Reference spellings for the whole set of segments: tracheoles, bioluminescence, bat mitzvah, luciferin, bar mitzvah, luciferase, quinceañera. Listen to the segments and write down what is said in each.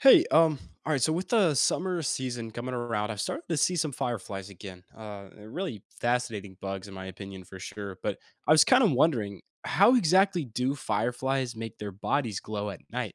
Hey, all right. So with the summer season coming around, I've started to see some fireflies again. They're really fascinating bugs, in my opinion, for sure. But I was kind of wondering, how exactly do fireflies make their bodies glow at night?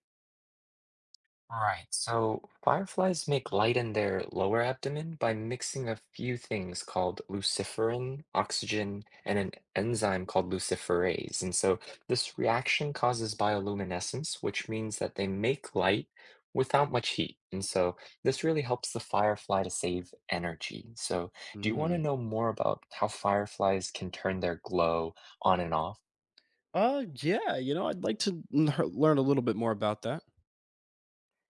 Right, so fireflies make light in their lower abdomen by mixing a few things called luciferin, oxygen, and an enzyme called luciferase. And so this reaction causes bioluminescence, which means that they make light without much heat. And so this really helps the firefly to save energy. So, do you want to Mm. know more about how fireflies can turn their glow on and off? Yeah. I'd like to learn a little bit more about that.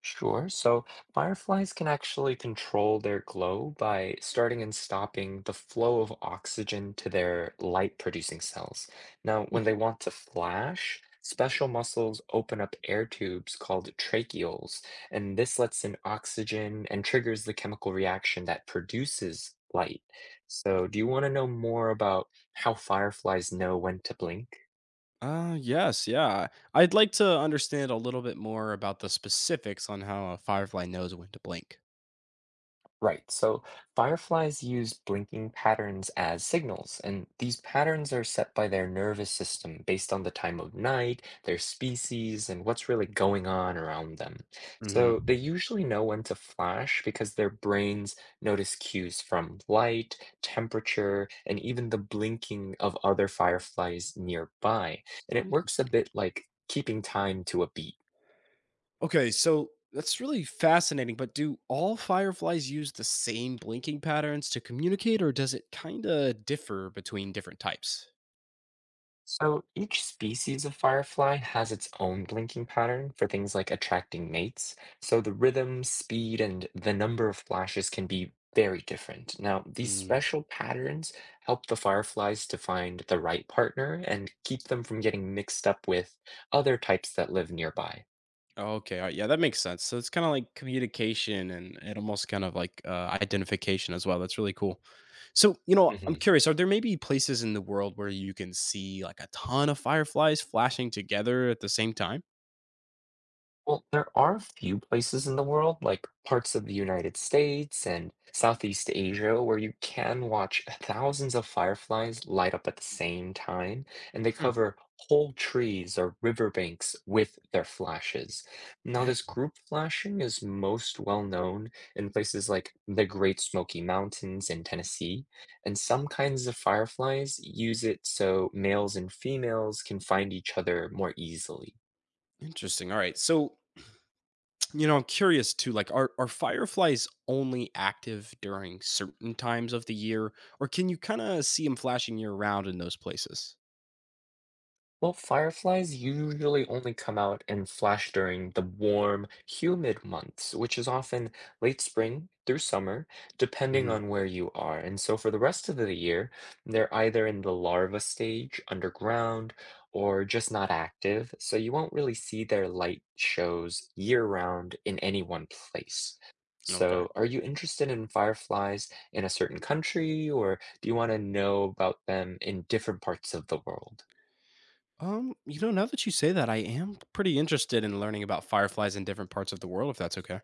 Sure. So fireflies can actually control their glow by starting and stopping the flow of oxygen to their light-producing cells. Now, when they want to flash, special muscles open up air tubes called tracheoles, and this lets in oxygen and triggers the chemical reaction that produces light. So, do you want to know more about how fireflies know when to blink? Yes, yeah. I'd like to understand a little bit more about the specifics on how a firefly knows when to blink. Right, so fireflies use blinking patterns as signals, and these patterns are set by their nervous system based on the time of night, their species, and what's really going on around them. So they Mm-hmm. usually know when to flash because their brains notice cues from light, temperature, and even the blinking of other fireflies nearby. And it works a Interesting. bit like keeping time to a beat. Okay, so that's really fascinating, but do all fireflies use the same blinking patterns to communicate, or does it kind of differ between different types? So each species of firefly has its own blinking pattern for things like attracting mates. So the rhythm, speed, and the number of flashes can be very different. Now, these Mm. special patterns help the fireflies to find the right partner and keep them from getting mixed up with other types that live nearby. Okay, alright, yeah, that makes sense. So it's kind of like communication and almost kind of like identification as well. That's really cool. So, you know, I'm Mhm. curious, are there maybe places in the world where you can see like a ton of fireflies flashing together at the same time? Well, there are a few places in the world, like parts of the United States and Southeast Asia, where you can watch thousands of fireflies light up at the same time, and they Hmm, cover whole trees or riverbanks with their flashes. Now, dang. this group flashing is most well known in places like the Great Smoky Mountains in Tennessee, and some kinds of fireflies use it so males and females can find each other more easily. Interesting. All right. So, you know, I'm curious too, like, are fireflies only active during certain times of the year, or can you kind of see them flashing year round in those places? Well, fireflies usually only come out and flash during the warm, humid months, which is often late spring through summer, depending Hmm. on where you are. And so for the rest of the year, they're either in the larva stage, underground, or just not active. So you won't really see their light shows year round in any one place. Okay. So, are you interested in fireflies in a certain country, or do you want to know about them in different parts of the world? You know, now that you say that, I am pretty interested in learning about fireflies in different parts of the world, if that's okay.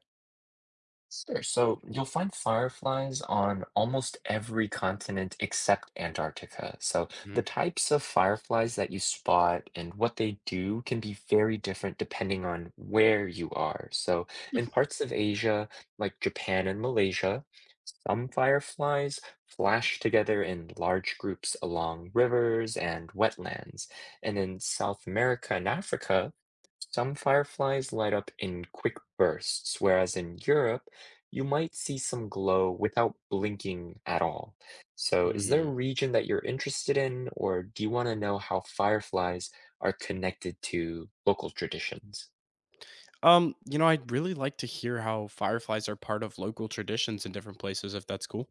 Sure. So you'll find fireflies on almost every continent except Antarctica. So the Hmm. types of fireflies that you spot and what they do can be very different depending on where you are. So in parts of Asia, like Japan and Malaysia, some fireflies flash together in large groups along rivers and wetlands. And in South America and Africa, some fireflies light up in quick bursts, whereas in Europe, you might see some glow without blinking at all. So, is there a Mm-hmm. region that you're interested in, or do you want to know how fireflies are connected to local traditions? You know, I'd really like to hear how fireflies are part of local traditions in different places, if that's cool.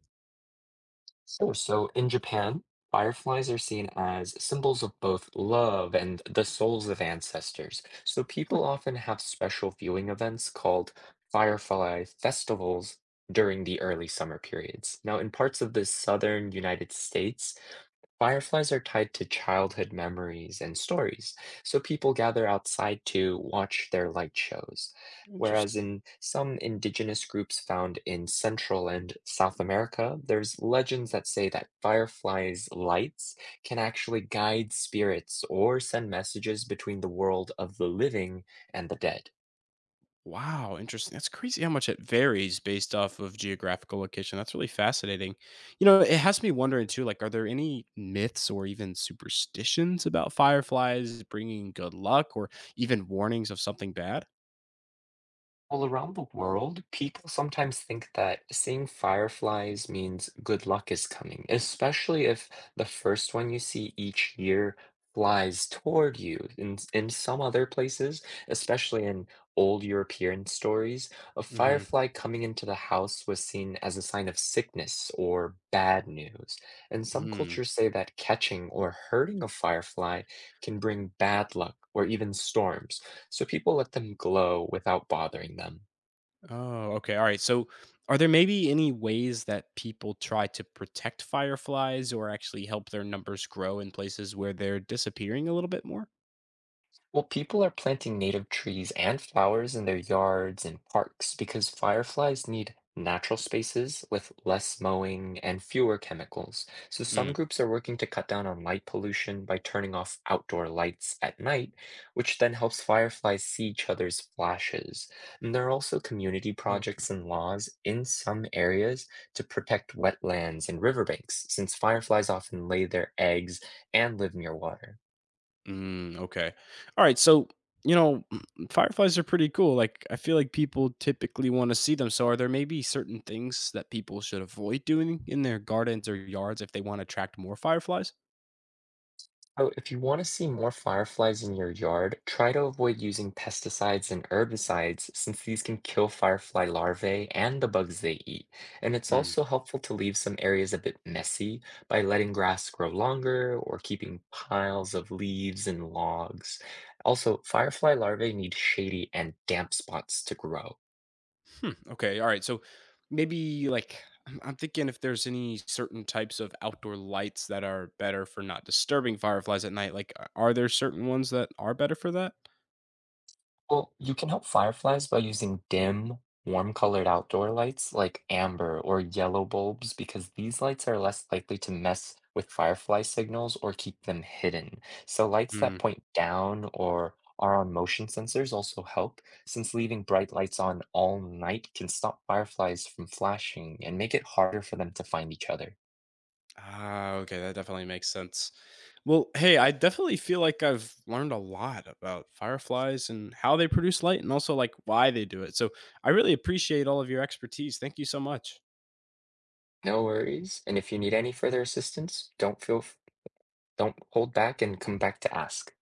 Sure. So, in Japan, fireflies are seen as symbols of both love and the souls of ancestors. So, people often have special viewing events called firefly festivals during the early summer periods. Now, in parts of the southern United States, fireflies are tied to childhood memories and stories, so people gather outside to watch their light shows. Interesting. Whereas in some indigenous groups found in Central and South America, there's legends that say that fireflies' lights can actually guide spirits or send messages between the world of the living and the dead. Wow, interesting. That's crazy how much it varies based off of geographical location. That's really fascinating. You know, it has me wondering too, like, are there any myths or even superstitions about fireflies bringing good luck or even warnings of something bad? Well, around the world, people sometimes think that seeing fireflies means good luck is coming, especially if the first one you see each year flies toward you. In some other places, especially in old European stories, a Hmm. firefly coming into the house was seen as a sign of sickness or bad news. And some Mm. cultures say that catching or hurting a firefly can bring bad luck or even storms so people let them glow without bothering them. Oh, okay. All right. So, are there maybe any ways that people try to protect fireflies or actually help their numbers grow in places where they're disappearing a little bit more? Well, people are planting native trees and flowers in their yards and parks because fireflies need natural spaces with less mowing and fewer chemicals. So, some Mm. groups are working to cut down on light pollution by turning off outdoor lights at night, which then helps fireflies see each other's flashes. And there are also community projects and laws in some areas to protect wetlands and riverbanks, since fireflies often lay their eggs and live near water. Mm, okay. All right. So, you know, fireflies are pretty cool. Like, I feel like people typically want to see them. So, are there maybe certain things that people should avoid doing in their gardens or yards if they want to attract more fireflies? So, if you want to see more fireflies in your yard, try to avoid using pesticides and herbicides since these can kill firefly larvae and the bugs they eat. And it's Mm. also helpful to leave some areas a bit messy by letting grass grow longer or keeping piles of leaves and logs. Also, firefly larvae need shady and damp spots to grow. Hmm. Okay. All right. So, maybe like I'm thinking if there's any certain types of outdoor lights that are better for not disturbing fireflies at night. Like, are there certain ones that are better for that? Well, you can help fireflies by using dim, warm-colored outdoor lights like amber or yellow bulbs because these lights are less likely to mess with firefly signals or keep them hidden. So lights that point down or are on motion sensors also help, since leaving bright lights on all night can stop fireflies from flashing and make it harder for them to find each other. Ah, okay, that definitely makes sense. Well, hey, I definitely feel like I've learned a lot about fireflies and how they produce light and also like why they do it. So I really appreciate all of your expertise. Thank you so much. No worries. And if you need any further assistance, don't feel f- don't hold back and come back to ask.